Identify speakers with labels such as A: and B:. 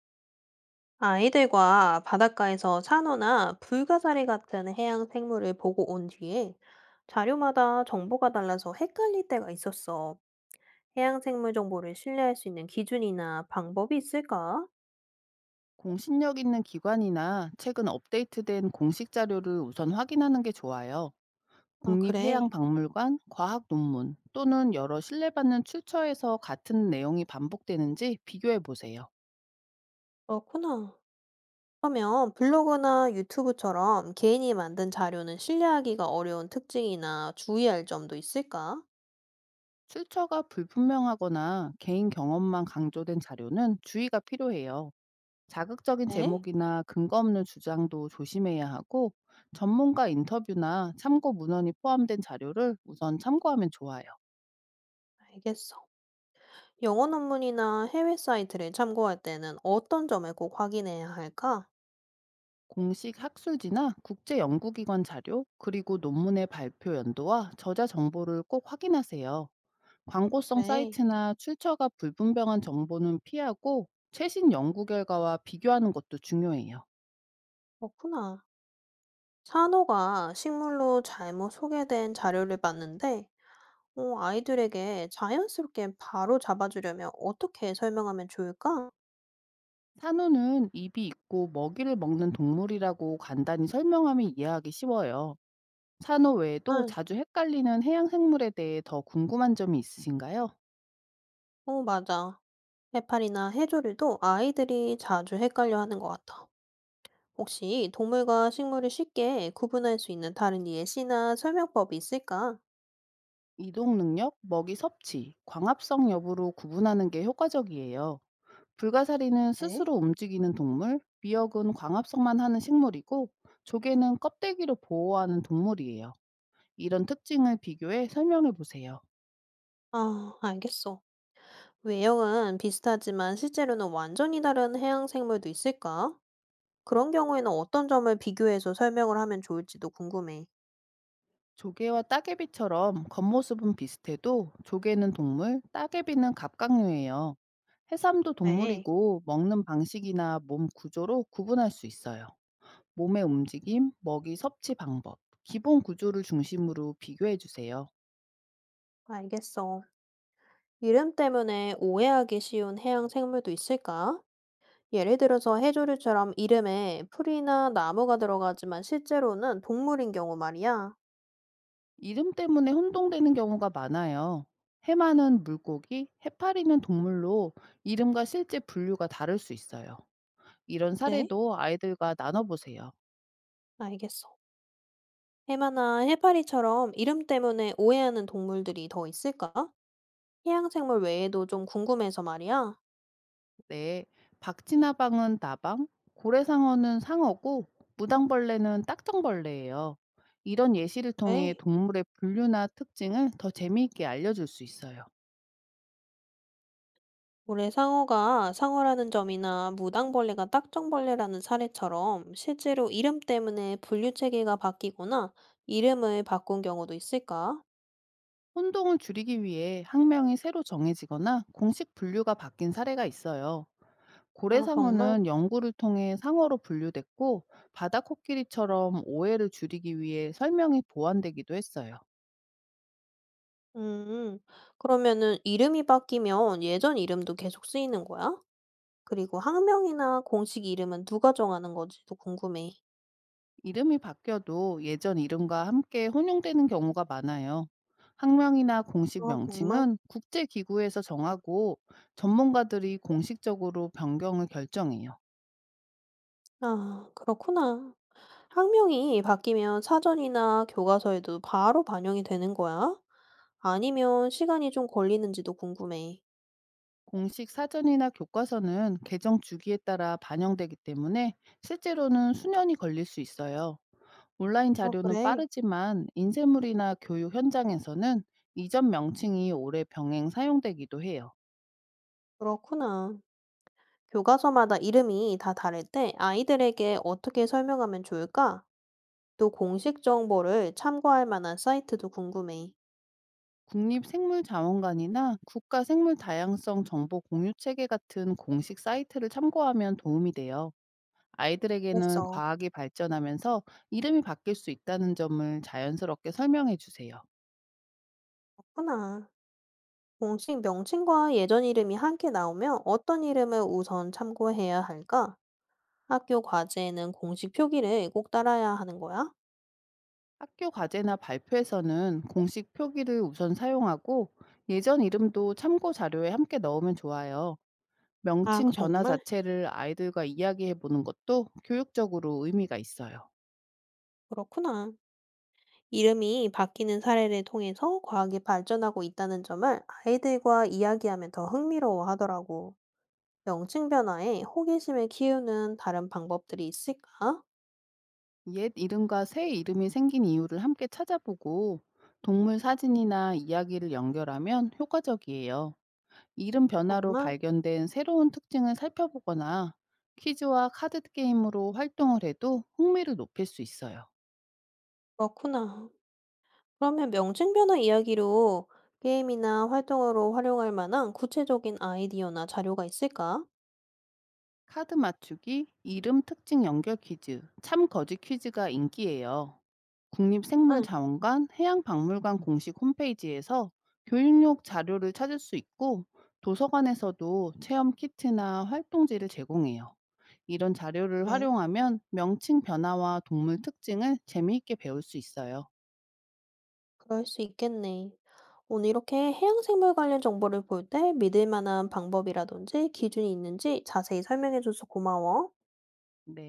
A: 아이들과 바닷가에서 산호나 불가사리 같은 해양 생물을 보고 온 뒤에 자료마다 정보가 달라서 헷갈릴 때가 있었어. 해양 생물 정보를 신뢰할 수 있는 기준이나 방법이 있을까?
B: 공신력 있는 기관이나 최근 업데이트된 공식 자료를 우선 확인하는 게 좋아요.
A: 아, 그래.
B: 국립해양박물관, 과학 논문 또는 여러 신뢰받는 출처에서 같은 내용이 반복되는지 비교해 보세요.
A: 그렇구나. 그러면 블로그나 유튜브처럼 개인이 만든 자료는 신뢰하기가 어려운 특징이나 주의할 점도 있을까?
B: 출처가 불분명하거나 개인 경험만 강조된 자료는 주의가 필요해요. 자극적인
A: 네,
B: 제목이나 근거 없는 주장도 조심해야 하고 전문가 인터뷰나 참고 문헌이 포함된 자료를 우선 참고하면 좋아요.
A: 알겠어. 영어 논문이나 해외 사이트를 참고할 때는 어떤 점을 꼭 확인해야 할까?
B: 공식 학술지나 국제 연구기관 자료, 그리고 논문의 발표 연도와 저자 정보를 꼭 확인하세요. 광고성
A: 그래.
B: 사이트나 출처가 불분명한 정보는 피하고 최신 연구 결과와 비교하는 것도 중요해요.
A: 그렇구나. 산호가 식물로 잘못 소개된 자료를 봤는데, 아이들에게 자연스럽게 바로 잡아주려면 어떻게 설명하면 좋을까?
B: 산호는 입이 있고 먹이를 먹는 동물이라고 간단히 설명하면 이해하기 쉬워요. 산호 외에도
A: 아,
B: 자주 헷갈리는 해양 생물에 대해 더 궁금한 점이 있으신가요?
A: 맞아. 해파리나 해조류도 아이들이 자주 헷갈려 하는 것 같아. 혹시 동물과 식물을 쉽게 구분할 수 있는 다른 예시나 설명법이 있을까?
B: 이동 능력, 먹이 섭취, 광합성 여부로 구분하는 게 효과적이에요. 불가사리는
A: 에?
B: 스스로 움직이는 동물, 미역은 광합성만 하는 식물이고 조개는 껍데기로 보호하는 동물이에요. 이런 특징을 비교해 설명해 보세요.
A: 아, 알겠어. 외형은 비슷하지만 실제로는 완전히 다른 해양 생물도 있을까? 그런 경우에는 어떤 점을 비교해서 설명을 하면 좋을지도 궁금해.
B: 조개와 따개비처럼 겉모습은 비슷해도 조개는 동물, 따개비는 갑각류예요. 해삼도
A: 네.
B: 동물이고 먹는 방식이나 몸 구조로 구분할 수 있어요. 몸의 움직임, 먹이 섭취 방법, 기본 구조를 중심으로 비교해 주세요.
A: 알겠어. 이름 때문에 오해하기 쉬운 해양 생물도 있을까? 예를 들어서 해조류처럼 이름에 풀이나 나무가 들어가지만 실제로는 동물인 경우 말이야.
B: 이름 때문에 혼동되는 경우가 많아요. 해마는 물고기, 해파리는 동물로 이름과 실제 분류가 다를 수 있어요. 이런
A: 네.
B: 사례도 아이들과 나눠보세요.
A: 알겠어. 해마나 해파리처럼 이름 때문에 오해하는 동물들이 더 있을까? 해양 생물 외에도 좀 궁금해서 말이야.
B: 네. 박쥐나방은 나방, 고래상어는 상어고, 무당벌레는 딱정벌레예요. 이런 예시를 통해
A: 네.
B: 동물의 분류나 특징을 더 재미있게 알려줄 수 있어요.
A: 올해 상어가 상어라는 점이나 무당벌레가 딱정벌레라는 사례처럼 실제로 이름 때문에 분류 체계가 바뀌거나 이름을 바꾼 경우도 있을까?
B: 혼동을 줄이기 위해 학명이 새로 정해지거나 공식 분류가 바뀐 사례가 있어요.
A: 아, 정말?
B: 고래상어는 연구를 통해 상어로 분류됐고 바다 코끼리처럼 오해를 줄이기 위해 설명이 보완되기도 했어요.
A: 음, 그러면은 이름이 바뀌면 예전 이름도 계속 쓰이는 거야? 그리고 학명이나 공식 이름은 누가 정하는 건지도 궁금해.
B: 이름이 바뀌어도 예전 이름과 함께 혼용되는 경우가 많아요. 학명이나 공식
A: 아, 정말?
B: 명칭은 국제기구에서 정하고 전문가들이 공식적으로 변경을 결정해요.
A: 아, 그렇구나. 학명이 바뀌면 사전이나 교과서에도 바로 반영이 되는 거야? 아니면 시간이 좀 걸리는지도 궁금해.
B: 공식 사전이나 교과서는 개정 주기에 따라 반영되기 때문에 실제로는 수년이 걸릴 수 있어요. 온라인 자료는
A: 그래.
B: 빠르지만 인쇄물이나 교육 현장에서는 이전 명칭이 오래 병행 사용되기도 해요.
A: 그렇구나. 교과서마다 이름이 다 다를 때 아이들에게 어떻게 설명하면 좋을까? 또 공식 정보를 참고할 만한 사이트도 궁금해.
B: 국립생물자원관이나 국가생물다양성정보공유체계 같은 공식 사이트를 참고하면 도움이 돼요. 아이들에게는
A: 알겠어.
B: 과학이 발전하면서 이름이 바뀔 수 있다는 점을 자연스럽게 설명해 주세요.
A: 그렇구나. 공식 명칭과 예전 이름이 함께 나오면 어떤 이름을 우선 참고해야 할까? 학교 과제에는 공식 표기를 꼭 따라야 하는 거야?
B: 학교 과제나 발표에서는 공식 표기를 우선 사용하고 예전 이름도 참고 자료에 함께 넣으면 좋아요.
A: 아,
B: 명칭 변화
A: 정말?
B: 자체를 아이들과 이야기해 보는 것도 교육적으로 의미가 있어요.
A: 그렇구나. 이름이 바뀌는 사례를 통해서 과학이 발전하고 있다는 점을 아이들과 이야기하면 더 흥미로워 하더라고. 명칭 변화에 호기심을 키우는 다른 방법들이 있을까?
B: 옛 이름과 새 이름이 생긴 이유를 함께 찾아보고 동물 사진이나 이야기를 연결하면 효과적이에요. 이름 변화로
A: 정말?
B: 발견된 새로운 특징을 살펴보거나 퀴즈와 카드 게임으로 활동을 해도 흥미를 높일 수 있어요.
A: 그렇구나. 그러면 명칭 변화 이야기로 게임이나 활동으로 활용할 만한 구체적인 아이디어나 자료가 있을까?
B: 카드 맞추기, 이름 특징 연결 퀴즈, 참 거짓 퀴즈가 인기예요.
A: 응,
B: 국립생물자원관 해양박물관 공식 홈페이지에서 교육용 자료를 찾을 수 있고 도서관에서도 체험 키트나 활동지를 제공해요. 이런 자료를
A: 그래.
B: 활용하면 명칭 변화와 동물 특징을 재미있게 배울 수 있어요.
A: 그럴 수 있겠네. 오늘 이렇게 해양생물 관련 정보를 볼 때 믿을 만한 방법이라든지 기준이 있는지 자세히 설명해줘서 고마워.
B: 네.